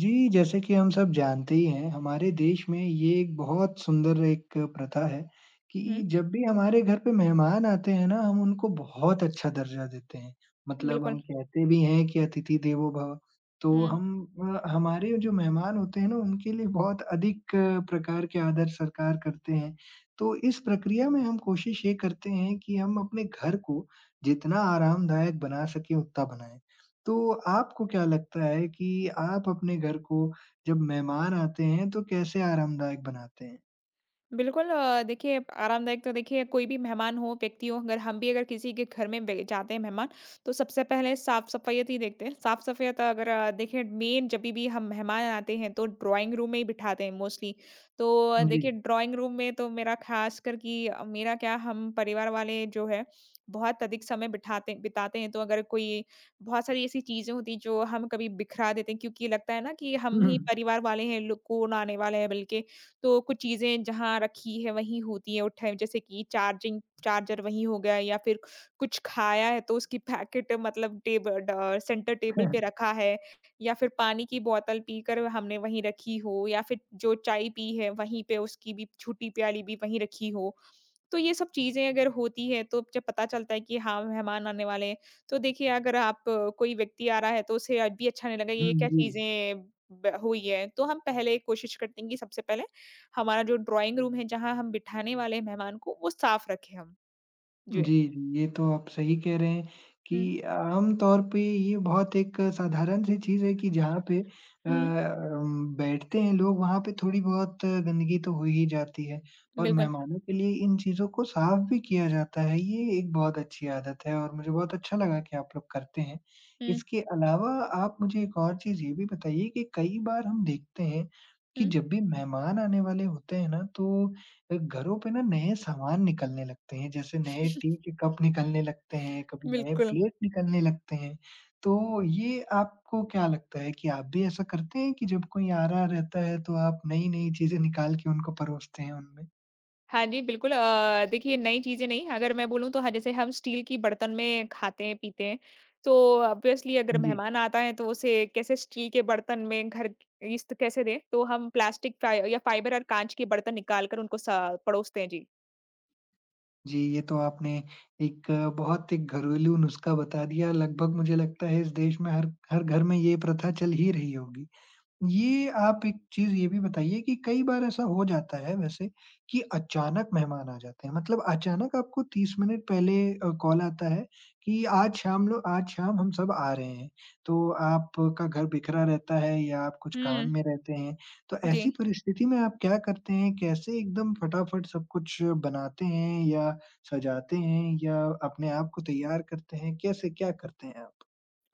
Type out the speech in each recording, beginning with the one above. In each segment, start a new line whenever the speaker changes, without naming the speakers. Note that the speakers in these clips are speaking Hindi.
जी, जैसे कि हम सब जानते ही हैं, हमारे देश में ये एक बहुत सुंदर एक प्रथा है कि
हुँ,
जब भी हमारे घर पे मेहमान आते हैं ना, हम उनको बहुत अच्छा दर्जा देते हैं। मतलब हम
बिल्कुल।
कहते भी हैं कि अतिथि देवो भव। तो
हुँ,
हम हमारे जो मेहमान होते हैं ना, उनके लिए बहुत अधिक प्रकार के आदर सत्कार करते हैं। तो इस प्रक्रिया में हम कोशिश ये करते हैं कि हम अपने घर को जितना आरामदायक बना सकें, उतना बनाएँ। तो आपको क्या लगता है कि आप अपने घर को जब मेहमान आते हैं, तो कैसे आरामदायक बनाते हैं?
बिल्कुल। देखिए आरामदायक तो देखिए कोई भी मेहमान हो, व्यक्ति हो, अगर हम भी अगर किसी के घर में बे जाते हैं मेहमान, तो सबसे पहले साफ-सफाइयत ही देखते हैं। साफ-सफाइयत अगर देखिए मेन जभी भी हम मेहमान आते हैं तो ड्राइंग रूम में ही बिठाते हैं मोस्टली। तो
जी।
देखिए ड्राइंग रूम में तो मेरा ख़ासकर कि मेरा क्या हम परिवार वाले जो है बहुत अधिक समय बिठाते बिताते हैं। तो अगर कोई बहुत सारी ऐसी चीज़ें होती हैं जो हम कभी बिखरा देते हैं क्योंकि लगता है ना कि हम
हुँ,
ही
हुँ।
परिवार वाले हैं, लोग कौन आने वाला है बल्कि। तो कुछ चीज़ें जहाँ रखी है वहीं होती हैं, उठाए जैसे कि चार्जिंग चार्जर वहीं हो गया या फिर कुछ खाया है तो उसकी पैकेट मतलब टेब ड सेंटर टेबल पे रखा है या फिर पानी की बोतल पीकर हमने वहीं रखी हो या फिर जो चाय पी है वहीं पे उसकी भी छोटी प्याली भी वहीं रखी हो। तो ये सब चीज़ें अगर होती है तो जब पता चलता है कि हाँ, मेहमान आने वाले हैं, तो देखिए अगर आप कोई व्यक्ति आ रहा है तो उसे अब भी अच्छा नहीं लगा ये क्या
जी।
चीज़ें ब हुई है। तो हम पहले कोशिश करते हैं कि सबसे पहले हमारा जो ड्राइंग रूम है जहाँ हम बिठाने वाले हैं मेहमान को वो साफ रखें हम।
जी,
जी।
जी, ये तो आप सही कह रहे हैं
हुँ,
कि आम तौर पे ये बहुत एक साधारण सी चीज़ है कि जहाँ पे
हुँ,
बैठते हैं लोग वहाँ पे थोड़ी-बहुत गंदगी तो हो ही जाती है और
बिल्कुल।
मेहमानों के लिए इन चीज़ों को साफ़ भी किया जाता है, ये एक बहुत अच्छी आदत है और मुझे बहुत अच्छा लगा कि आप लोग करते हैं।
हुँ,
इसके अलावा आप मुझे एक और चीज़ ये भी बताइए कि कई बार हम देखते हैं कि
हुँ,
जब भी मेहमान आने वाले होते हैं ना, तो घरों पे ना नए सामान निकलने लगते हैं, जैसे नए टी के कप निकलने लगते हैं, कभी नए
बिल्कुल।
प्लेट निकलने लगते हैं। तो ये आपको क्या लगता है कि आप भी ऐसा करते हैं कि जब कोई आ रहा रहता है तो आप नई-नई चीज़ें निकाल के उनको परोसते हैं उनमें?
हाँ जी, बिल्कुल देखिए नई चीज़ें नहीं, अगर मैं बोलूँ तो ह जैसे हम स्टील की बर्तन में खाते हैं, पीते हैं, तो ऑब्वियसली अगर
जी।
मेहमान आता है तो उसे कैसे स्टील के बर्तन में घर इस्त कैसे दें? तो हम प्लास्टिक फ़ा या फाइबर और काँच के बर्तन निकाल कर उनको स परोसते हैं। जी।
जी, ये तो आपने एक बहुत एक घरेलू नुस्खा बता दिया लगभग मुझे लगता है इस देश में हर हर घर में ये प्रथा चल ही रही होगी। ये आप एक चीज़ ये भी बताइए कि कई बार ऐसा हो जाता है वैसे कि अचानक मेहमान आ जाते हैं। मतलब अचानक आपको 30 मिनट पहले कॉल आता है कि आज शाम हम सब आ रहे हैं। तो आपका घर बिखरा रहता है या आप कुछ काम
हुँ,
में रहते हैं। तो
जी।
ऐसी परिस्थिति में आप क्या करते हैं? कैसे एकदम फटाफट सब कुछ बनाते हैं या सजाते हैं या अपने आप को तैयार करते हैं? कैसे क्या करते हैं आप?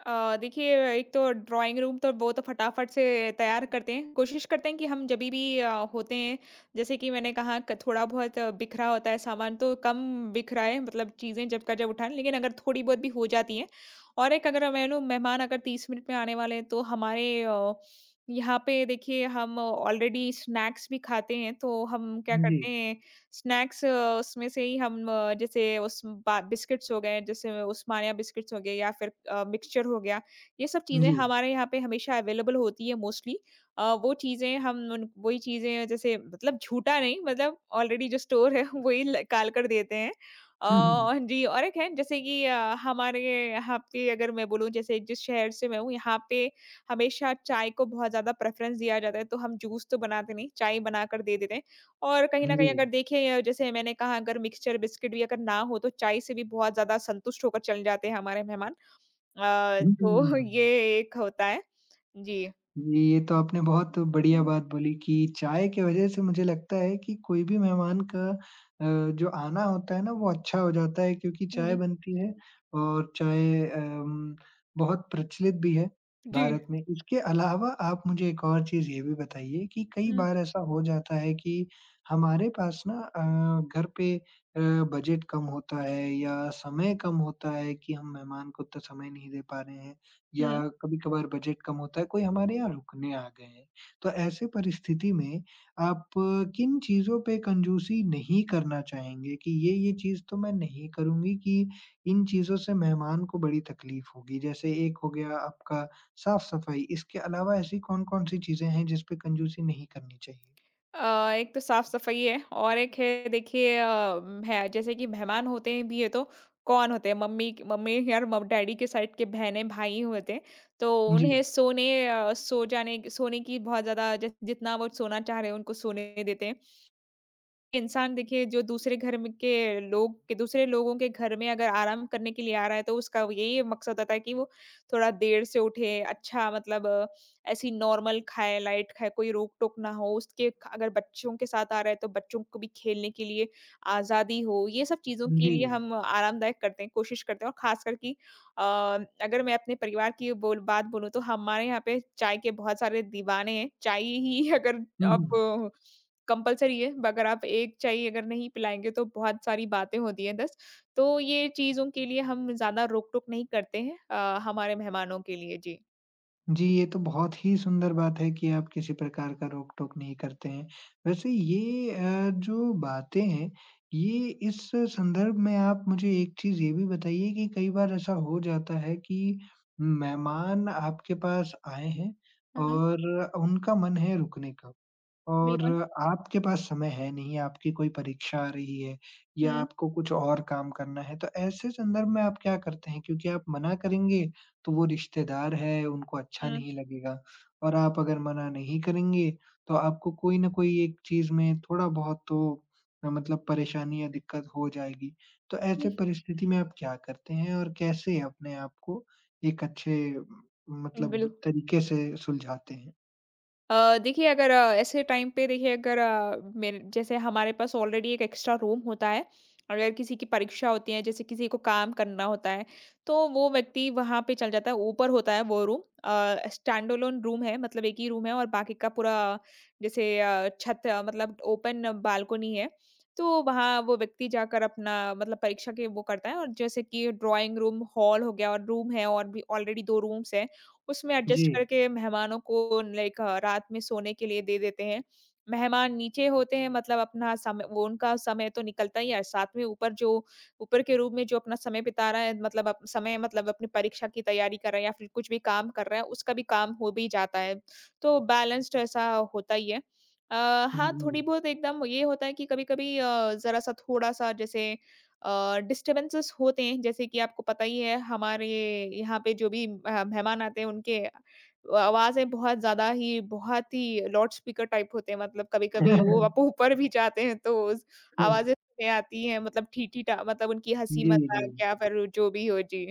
देखिए एक तो ड्राइंग रूम तो वो तो फटाफट से तैयार करते हैं। कोशिश करते हैं कि हम जभी भी होते हैं जैसे कि मैंने कहा क थोड़ा बहुत बिखरा होता है सामान तो कम बिखरा है मतलब चीज़ें जब का जब उठाएँ, लेकिन अगर थोड़ी बहुत भी हो जाती हैं और एक अगर मानो मेहमान अगर 30 मिनट में आने वाले हैं तो हमारे यहाँ पे देखिए हम ऑलरेडी स्नैक्स भी खाते हैं तो हम क्या
जी।
करते हैं स्नैक्स उसमें से ही हम जैसे उस बा बिस्किट्स हो गए, जैसे उस्मानिया बिस्किट्स हो गए या फिर मिक्सचर हो गया, ये सब चीज़ें
जी।
हमारे यहाँ पे हमेशा अवेलेबल होती है मोस्टली। वो चीज़ें हम उन वही चीज़ें जैसे मतलब झूठा नहीं मतलब ऑलरेडी जो स्टोर है वही निकाल कर देते हैं।
हुँ, हुँ।
जी और एक है जैसे कि हमारे यहाँ पे अगर मैं बोलूँ जैसे जिस शहर से मैं हूँ यहाँ पे हमेशा चाय को बहुत ज़्यादा प्रेफ़रेंस दिया जाता है, तो हम जूस तो बनाते नहीं, चाय बना कर दे देते हैं। और कहीं न
जी।
कहीं अगर देखें जैसे मैंने कहा अगर मिक्सचर बिस्किट भी अगर ना हो तो चाय से भी बहुत ज़्यादा संतुष्ट होकर चले जाते हैं हमारे मेहमान। तो
हुँ।
ये एक होता है। जी।
जी, ये तो आपने बहुत बढ़िया
हम्म,
बात बोली कि चाय की वजह से मुझे लगता है कि कोई भी मेहमान का जो आना होता है ना वो अच्छा हो जाता है क्योंकि चाय
जी।
बनती है और चाय बहुत प्रचलित भी है
जी।
भारत में। इसके अलावा आप मुझे एक और चीज़ ये भी बताइए कि कई
हुँ,
बार ऐसा हो जाता है कि हमारे पास ना घर पे बजट कम होता है या समय कम होता है कि हम मेहमान को उतना समय नहीं दे पा रहे हैं। या
हुँ।
कभी-कभार बजट कम होता है, कोई हमारे यहाँ रुकने आ गए हैं। तो ऐसे परिस्थिति में आप किन चीज़ों पे कंजूसी नहीं करना चाहेंगे कि ये चीज़ तो मैं नहीं करूँगी कि इन चीज़ों से मेहमान को बड़ी तकलीफ होगी? जैसे एक हो गया आपका साफ-सफाई, इसके अलावा ऐसी कौन-कौन सी चीज़ें हैं जिस पे कंजूसी नहीं करनी चाहिए?
एक तो साफ-सफाई है और एक है देखिए है जैसे कि मेहमान होते हैं भी है तो कौन होते हैं मम्मी मम्मी या म डैडी के साइड के बहनें, भाई होते हैं। तो
जी,
उन्हें सोने अ, सो जाने सोने की बहुत ज़्यादा ज जितना वो सोना चाह रहे हैं उनको सोने देते हैं। इंसान देखिए जो दूसरे लोगों के घर में अगर आराम करने के लिए आ रहा है, तो उसका वो यही मकसद होता है कि वो थोड़ा देर से उठे, अच्छा मतलब ऐसी नॉर्मल खाए, लाइट खाए, कोई रोक-टोक ना हो। उसके ख अगर बच्चों के साथ आ रहा है, तो बच्चों को भी खेलने के लिए आज़ादी हो। ये सब चीज़ों के
जी।
लिए हम आरामदायक करते हैं, कोशिश करते हैं और ख़ासकर कि अ, अगर मैं अपने परिवार की बोल बात बोलूँ, तो हमारे यहाँ पे चाय के बहुत सारे दीवाने हैं। चाय ही अगर
हुँ,
आप
हुँ।
कंपल्सरी है, अगर आप एक चाय अगर नहीं पिलाएँगे तो बहुत सारी बातें होती हैं 10 तो ये चीज़ों के लिए हम ज़्यादा रोक-टोक नहीं करते हैं हमारे मेहमानों के लिए। जी।
जी, ये तो बहुत ही सुंदर बात है कि आप किसी प्रकार का रोक-टोक नहीं करते हैं। वैसे ये जो बातें हैं, ये इस संदर्भ में आप मुझे एक चीज़ ये भी बताइए कि कई बार ऐसा हो जाता है कि मेहमान आपके पास आए हैं
हाँ,
और उनका मन है रुकने का। और
बिल्कुल।
आपके पास समय है नहीं, आपकी कोई परीक्षा आ रही है या
हुँ,
आपको कुछ और काम करना है, तो ऐसे संदर्भ में आप क्या करते हैं? क्योंकि आप मना करेंगे, तो वो रिश्तेदार है, उनको अच्छा
हुँ,
नहीं लगेगा और आप अगर मना नहीं करेंगे, तो आपको कोई न कोई एक चीज़ में थोड़ा-बहुत तो मतलब परेशानी या दिक्कत हो जाएगी। तो ऐसे परिस्थिति में आप क्या करते हैं और कैसे अपने आप को एक अच्छे
हुँ, बिल
मतलब तरीके से सुलझाते हैं?
देखिए अगर ऐसे टाइम पे देखिए अगर मेरे जैसे हमारे पास ऑलरेडी एक एक्स्ट्रा रूम होता है, अगर किसी की परीक्षा होती है, जैसे किसी को काम करना होता है, तो वो व्यक्ति वहाँ पे चल जाता है, ऊपर होता है वो रूम स्टैंड अलोन रूम है मतलब एक ही रूम है और बाकी का पूरा जैसे छत मतलब ओपन बालकनी है, तो वहाँ वो व्यक्ति जाकर अपना मतलब परीक्षा के वो करता है और जैसे कि ड्राइंग रूम, हॉल हो गया और रूम है और भी ऑलरेडी 2 रूम्स है। उसमें
जी।
एडजस्ट करके मेहमानों को रात में सोने के लिए दे देते हैं। मेहमान नीचे होते हैं मतलब अपना समय वो उनका समय तो निकलता ही है, साथ में ऊपर जो ऊपर के रूम में जो अपना समय बिता रहा है मतलब अप समय मतलब अपनी परीक्षा की तैयारी कर रहा है या फिर कुछ भी काम कर रहा है, उसका भी काम हो भी जाता है। तो बैलेंस्ड ऐसा होता ही है। अ,
हुँ,
हाँ, थोड़ी
जी।
बहुत एकदम ये होता है कि कभी-कभी ज़रा-सा थोड़ा-सा जैसे डिस्टर्बेंसेस होते हैं जैसे कि आपको पता ही है हमारे यहाँ पे जो भी मेहमान आते हैं उनके आवाज़ें बहुत ज़्यादा ही बहुत ही लाउड स्पीकर टाइप होते हैं मतलब कभी-कभी वो आप ऊपर भी जाते हैं तो उस
हुँ।
आवाज़ें सुने आती हैं मतलब ठीठी-ठा मतलब उनकी
जी, जी।
हँसी-मज़ाक या फिर जो भी हो। जी।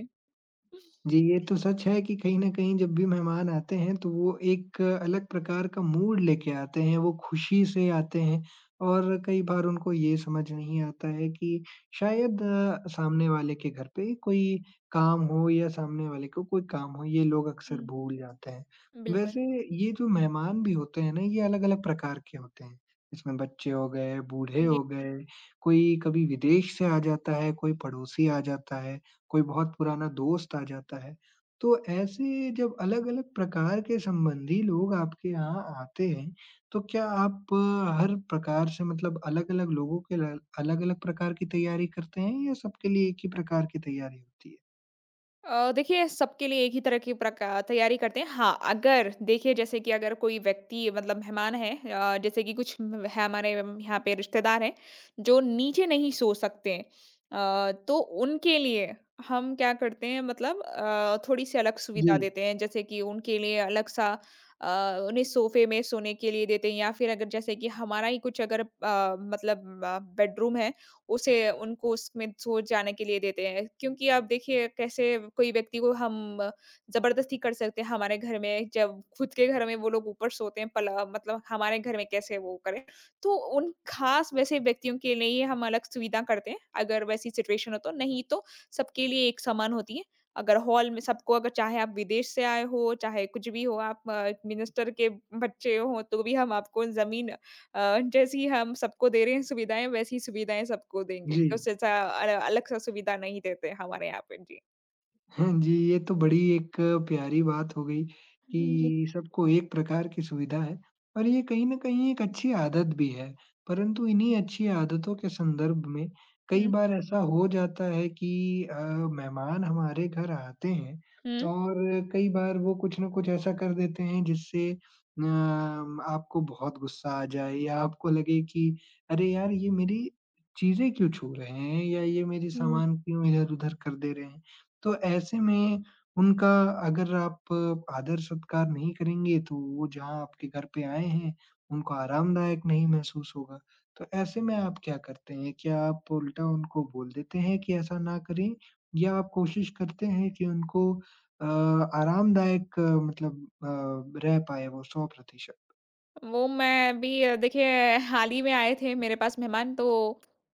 जी, ये तो सच है कि कहीं न कहीं जब भी मेहमान आते हैं तो वो एक अलग प्रकार का मूड लेके आते हैं, वो खुशी से आते हैं और कई बार उनको ये समझ नहीं आता है कि शायद सामने वाले के घर पे कोई काम हो या सामने वाले को कोई काम हो, ये लोग अक्सर
हुँ,
भूल जाते हैं।
बिल्कुल।
वैसे ये जो मेहमान भी होते हैं ना, ये अलग-अलग प्रकार के होते हैं। इसमें बच्चे हो गए, बूढ़े
जी।
हो गए, कोई कभी विदेश से आ जाता है, कोई पड़ोसी आ जाता है। कोई बहुत पुराना दोस्त आ जाता है। तो ऐसे जब अलग-अलग प्रकार के संबंधी लोग आपके यहाँ आते हैं, तो क्या आप हर प्रकार से मतलब अलग-अलग लोगों के ल अलग-अलग प्रकार की तैयारी करते हैं या सबके लिए एक ही प्रकार की तैयारी होती है?
देखिए सबके लिए एक ही तरह की प्रका तैयारी करते हैं। हाँ, अगर देखिए जैसे कि अगर कोई व्यक्ति मतलब मेहमान है जैसे कि कुछ म है हमारे म- यहाँ पे रिश्तेदार हैं, जो नीचे नहीं सो सकते हैं। तो उनके लिए हम क्या करते हैं मतलब थोड़ी-सी अलग
जी,
सुविधा देते हैं। जैसे कि उनके लिए अलग-सा अ, उन्हें सोफ़े में सोने के लिए देते हैं या फिर अगर जैसे कि हमारा ही कुछ अगर मतलब बेडरूम है उसे उनको उसमें सोच जाने के लिए देते हैं। क्योंकि आप देखिए कैसे कोई व्यक्ति को हम ज़बरदस्ती कर सकते हैं हमारे घर में जब खुद के घर में वो लोग ऊपर सोते हैं पला मतलब हमारे घर में कैसे वो करें। तो उन खास वैसे व्यक्तियों के लिए हम अलग सुविधा करते हैं, अगर वैसी सिचुएशन हो तो। नहीं तो सबके लिए एक समान होती है। अगर हॉल में सबको अगर चाहे आप विदेश से आए हो, चाहे कुछ भी हो, आप मिनिस्टर के बच्चे हो तो भी हम आपको ज़मीन जैसी हम सबको दे रहे हैं सुविधाएँ, वैसी सुविधाएँ सबको देंगे।
जी।
कुछ ऐसा अलग-सा सुविधा नहीं देते हमारे यहाँ पे। जी।
हाँ जी, ये तो बड़ी एक प्यारी बात हो गई
हुँ, जी।
कि सबको एक प्रकार की सुविधा है और ये कहीं न कहीं एक अच्छी आदत भी है। परंतु इन्हीं अच्छी आदतों के संदर्भ में कई बार ऐसा हो जाता है कि अ, मेहमान हमारे घर आते हैं
हुँ,
और कई बार वो कुछ न कुछ ऐसा कर देते हैं जिससे आपको बहुत गुस्सा आ जाए या आपको लगे कि अरे यार! ये मेरी चीज़ें क्यों छू रहे हैं या ये मेरी
हुँ।
सामान क्यों इधर-उधर कर दे रहे हैं। तो ऐसे में उनका अगर आप आदर-सत्कार नहीं करेंगे, तो वो जहाँ आपके घर पे आए हैं, उनको आरामदायक नहीं महसूस होगा। तो ऐसे में आप क्या करते हैं? क्या आप उल्टा उनको बोल देते हैं कि ऐसा ना करें या आप कोशिश करते हैं कि उनको अ, आरामदायक रह पाए वो 100%?
वो मैं अभी देखिए हाल ही में आए थे मेरे पास मेहमान तो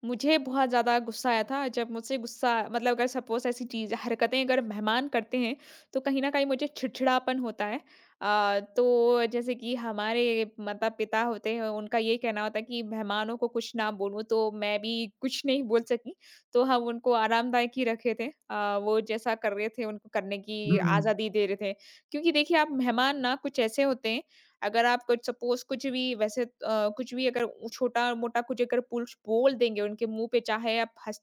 मुझे बहुत ज़्यादा गुस्सा आया था। जब मुझसे गुस्सा मतलब अगर सपोज़ ऐसी चीज़ हरकतें अगर मेहमान करते हैं तो कहीं न कहीं मुझे चिड़चिड़ापन होता है। तो जैसे कि हमारे माता-पिता होते हैं उनका ये कहना होता है कि मेहमानों को कुछ ना बोलो तो मैं भी कुछ नहीं बोल सकी। तो हम उनको आरामदायक ही रखे थे। वो जैसा कर रहे थे उनको करने की
हुँ, हुँ।
आज़ादी दे रहे थे। क्योंकि देखिए आप मेहमान ना कुछ ऐसे होते हैं अगर आप कुछ सपोज़ कुछ भी वैसे कुछ भी अगर उ छोटा-मोटा कुछ अगर पुरुष बोल देंगे उनके मुँह पे, चाहे आप हँस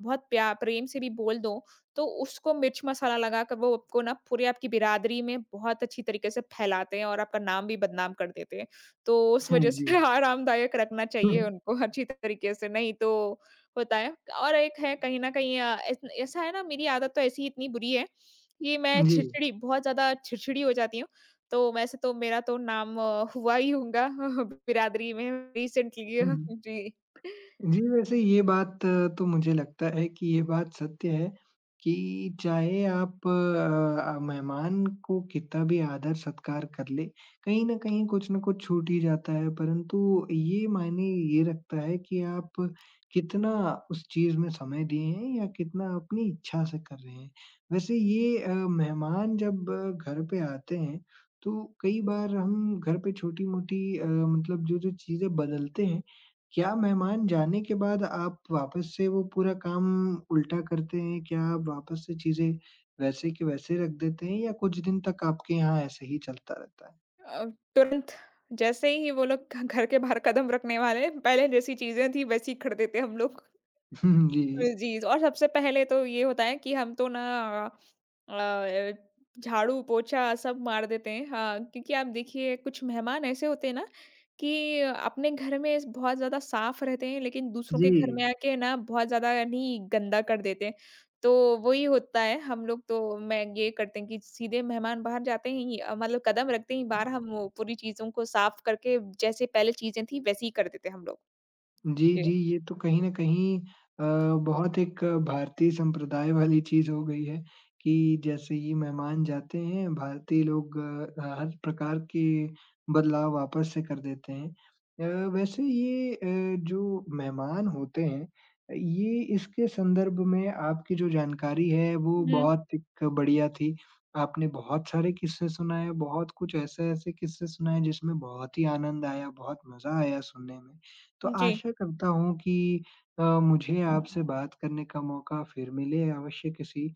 बहुत प्या प्रेम से भी बोल दो, तो उसको मिर्च मसाला लगाकर वो आपको ना पूरे आपकी बिरादरी में बहुत अच्छी तरीके से फैलाते हैं और आपका नाम भी बदनाम कर देते हैं। तो उस
हाँ
वज़ह
जी।
से आरामदायक रखना
हुँ,
चाहिए
हुँ।
उनको अच्छी तरीके से, नहीं तो होता है। और एक है कहीं न कहीं ऐस ऐसा है ना मेरी आदत तो ऐसी इतनी बुरी है, कि मैं
जी।
चिड़चिड़ी बहुत ज़्यादा चिड़चिड़ी हो जाती हूँ। तो वैसे तो मेरा तो नाम हुआ ही होगा बिरादरी में रिसेंटली।
हुँ, हुँ।
जी।
जी, वैसे ये बात तो मुझे लगता है कि ये बात सत्य है कि चाहे आप मेहमान को कितना भी आदर-सत्कार कर लें, कहीं न कहीं कुछ न कुछ छूट ही जाता है। परंतु ये रखता है कि आप कितना उस चीज़ में समय दिए हैं या कितना अपनी इच्छा से कर रहे हैं। वैसे ये मेहमान जब घर पे आते हैं, तो कई बार हम घर पे छोटी-मोटी मतलब जो-जो चीज़ें बदलते हैं, क्या मेहमान जाने के बाद आप वापस से वो पूरा काम उल्टा करते हैं? क्या आप वापस से चीज़ें वैसे के वैसे रख देते हैं या कुछ दिन तक आपके यहाँ ऐसे ही चलता रहता है?
अ, तुरंत जैसे ही वो लोग घ घर के बाहर कदम रखने वाले, पहले जैसी चीज़ें थी वैसी कर देते हम लोग।
जी।
जी और सबसे पहले तो ये होता है कि हम तो ना अ, झाड़ू पोछा सब मार देते हैं, हाँ क्योंकि आप देखिए कुछ मेहमान ऐसे होते हैं ना कि अपने घर में बहुत ज्यादा साफ रहते हैं लेकिन दूसरों के
जी।
घर में आके ना बहुत ज्यादा नहीं गंदा कर देते हैं। तो वही होता है, हम लोग तो मैं ये करते हैं कि सीधे मेहमान बाहर जाते ही मतलब कदम रखते ही बाहर हम वो पूरी चीजों को साफ करके जैसे पहले चीजें थी वैसे ही कर देते हैं हम लोग।
जी,
जी।
जी, ये तो कहीं न कहीं अ, बहुत एक भारतीय संप्रदाय वाली चीज़ हो गई है कि जैसे ही मेहमान जाते हैं, भारतीय लोग हर प्रकार के बदलाव वापस से कर देते हैं। वैसे ये जो मेहमान होते हैं, ये इसके संदर्भ में आपकी जो जानकारी है, वो
हम्म।
बहुत एक बढ़िया थी। आपने बहुत सारे किस्से सुनाए, बहुत कुछ ऐसे-ऐसे किस्से सुनाए जिसमें बहुत ही आनंद आया, बहुत मज़ा आया सुनने में। तो
जी।
आशा करता हूँ कि मुझे हुँ। आपसे बात करने का मौका फिर मिले, अवश्य किसी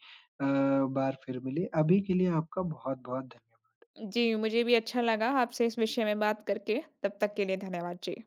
बार फिर मिले। अभी के लिए आपका बहुत-बहुत धन्यवाद।
जी, मुझे भी अच्छा लगा आपसे इस विषय में बात करके। तब तक के लिए धन्यवाद जी।